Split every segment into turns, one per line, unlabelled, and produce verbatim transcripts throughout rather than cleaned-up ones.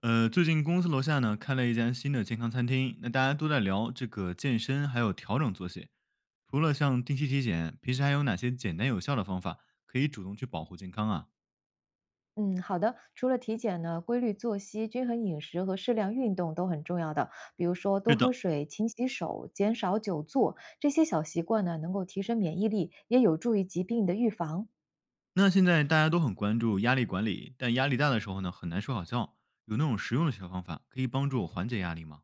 呃，最近公司楼下呢开了一家新的健康餐厅，那大家都在聊这个健身，还有调整作息。除了像定期体检，平时还有哪些简单有效的方法可以主动去保护健康啊？
嗯，好的。除了体检呢，规律作息、均衡饮食和适量运动都很重要的。比如说，多
是
喝
的，
水、勤洗手、减少久坐，这些小习惯呢，能够提升免疫力，也有助于疾病的预防。
那现在大家都很关注压力管理，但压力大的时候呢，很难睡好觉。有那种实用的小方法可以帮助我缓解压力吗？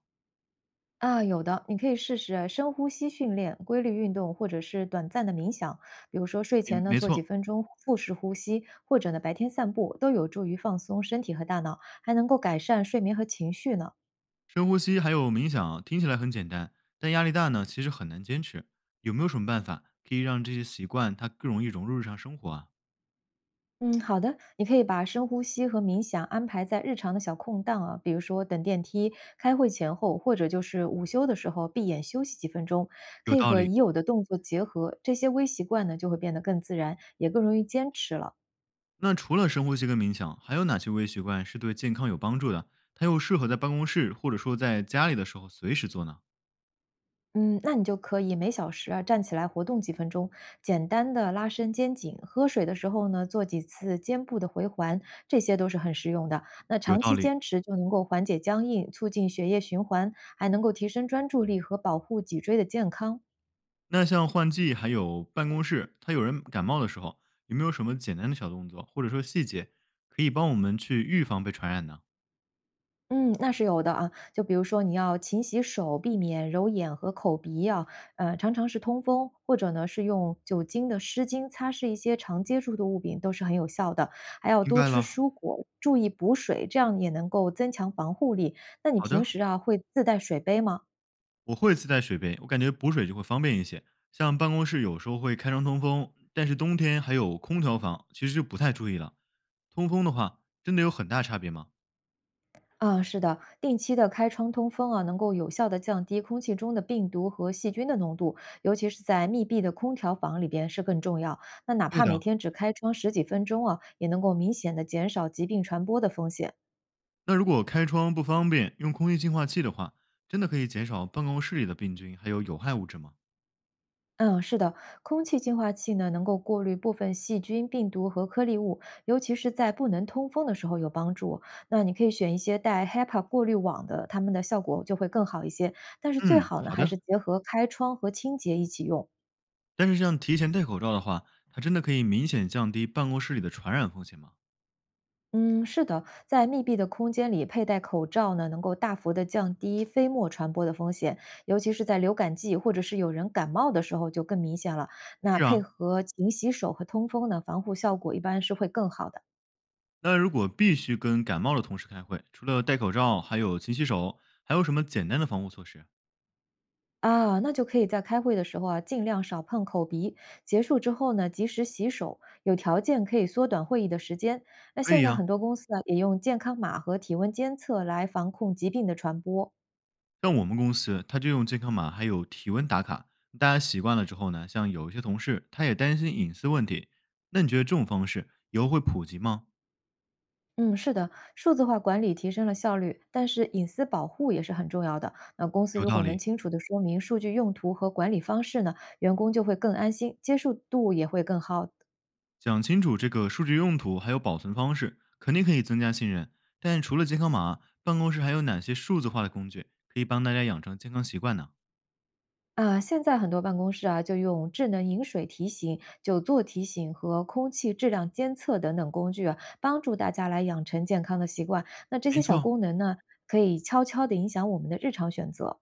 啊，有的，你可以试试深呼吸训练、规律运动，或者是短暂的冥想。比如说，睡
没
前呢
没
做几
错，
分钟腹式呼吸，或者呢白天散步，都有助于放松身体和大脑，还能够改善睡眠和情绪呢。
深呼吸还有冥想听起来很简单，但压力大呢，其实很难坚持。有没有什么办法可以让这些习惯它更容易融入日常生活啊？
嗯，好的，你可以把深呼吸和冥想安排在日常的小空档啊，比如说等电梯、开会前后，或者就是午休的时候闭眼休息几分钟，可
有
以
道
和
理。
已有的动作结合，这些微习惯呢就会变得更自然，也更容易坚持了。
那除了深呼吸跟冥想，还有哪些微习惯是对健康有帮助的？它又适合在办公室或者说在家里的时候随时做呢？
嗯，那你就可以每小时啊站起来活动几分钟，简单的拉伸肩颈，喝水的时候呢做几次肩部的回环，这些都是很实用的。那
有
长
道
期
理。
坚持就能够缓解僵硬，促进血液循环，还能够提升专注力和保护脊椎的健康。
那像换季还有办公室，它有人感冒的时候，有没有什么简单的小动作或者说细节，可以帮我们去预防被传染呢？
嗯，那是有的啊。就比如说，你要勤洗手，避免揉眼和口鼻啊。呃，常常是通风，或者呢是用酒精的湿巾擦拭一些常接触的物品，都是很有效的。还要
明
多
白
吃
了，
蔬果，注意补水，这样也能够增强防护力。那你
好
平
的，
时啊会自带水杯吗？
我会自带水杯，我感觉补水就会方便一些。像办公室有时候会开窗通风，但是冬天还有空调房，其实就不太注意了。通风的话，真的有很大差别吗？
啊，是的，定期的开窗通风啊，能够有效的降低空气中的病毒和细菌的浓度，尤其是在密闭的空调房里边是更重要。那哪
对
怕每
的，
天只开窗十几分钟啊，也能够明显的减少疾病传播的风险。
那如果开窗不方便，用空气净化器的话，真的可以减少办公室里的病菌还有有害物质吗？
嗯，是的，空气净化器呢能够过滤部分细菌、病毒和颗粒物，尤其是在不能通风的时候有帮助。那你可以选一些带 H E P A 过滤网的，它们的效果就会更好一些。但是最
嗯，
好呢
好
还
的。
是结合开窗和清洁一起用。
但是像提前戴口罩的话，它真的可以明显降低办公室里的传染风险吗？
嗯，是的，在密闭的空间里佩戴口罩呢，能够大幅的降低飞沫传播的风险，尤其是在流感季或者是有人感冒的时候就更明显了。那
是
配
啊。
合勤洗手和通风呢，防护效果一般是会更好的
那如果必须跟感冒的同事开会，除了戴口罩，还有勤洗手，还有什么简单的防护措施？
啊。那就可以在开会的时候啊，尽量少碰口鼻，结束之后呢，及时洗手，有条件可以缩短会议的时间。那
可
现
以
在
呀、
很多公司啊，也用健康码和体温监测来防控疾病的传播。
像我们公司，它就用健康码还有体温打卡。大家习惯了之后呢，像有一些同事他也担心隐私问题，那你觉得这种方式以后会普及吗？
嗯，是的，数字化管理提升了效率，但是隐私保护也是很重要的。那公司
有
如
道
果能
理。
清楚地说明数据用途和管理方式呢，员工就会更安心，接受度也会更好。
讲清楚这个数据用途还有保存方式，肯定可以增加信任。但除了健康码，办公室还有哪些数字化的工具可以帮大家养成健康习惯呢？
啊，现在很多办公室啊，就用智能饮水提醒、久坐提醒和空气质量监测等等工具啊，帮助大家来养成健康的习惯。那这
没
些小
错，
功能呢，可以悄悄地影响我们的日常选择。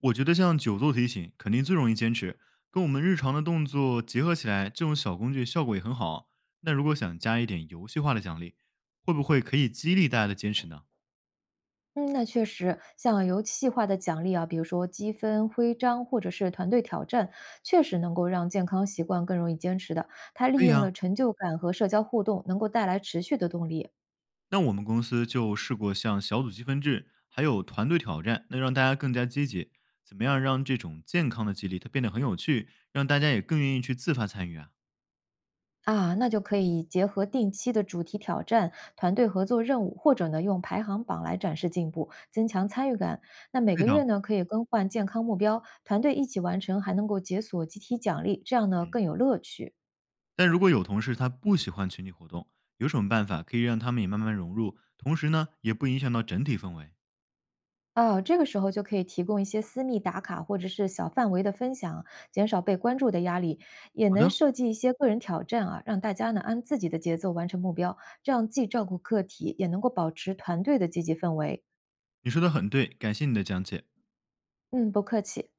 我觉得像久坐提醒肯定最容易坚持，跟我们日常的动作结合起来，这种小工具效果也很好。那如果想加一点游戏化的奖励，会不会可以激励大家的坚持呢？
嗯，那确实，像游戏化的奖励啊，比如说积分、徽章或者是团队挑战，确实能够让健康习惯更容易坚持的。它利
可以
用了
啊，
成就感和社交互动，能够带来持续的动力
那我们公司就试过像小组积分制，还有团队挑战，那让大家更加积极。怎么样让这种健康的激励它变得很有趣，让大家也更愿意去自发参与啊？
啊。那就可以结合定期的主题挑战、团队合作任务，或者呢用排行榜来展示进步，增强参与感。那每
对
个月
的，
呢可以更换健康目标，团队一起完成，还能够解锁集体奖励，这样呢更
嗯。
有乐趣。
但如果有同事他不喜欢群体活动，有什么办法可以让他们也慢慢融入，同时呢也不影响到整体氛围？
哦，这个时候就可以提供一些私密打卡或者是小范围的分享，减少被关注的压力，也
好
能
的，
设计一些个人挑战啊，让大家呢按自己的节奏完成目标，这样既照顾个体，也能够保持团队的积极氛围。
你说的很对，感谢你的讲解。
嗯，不客气。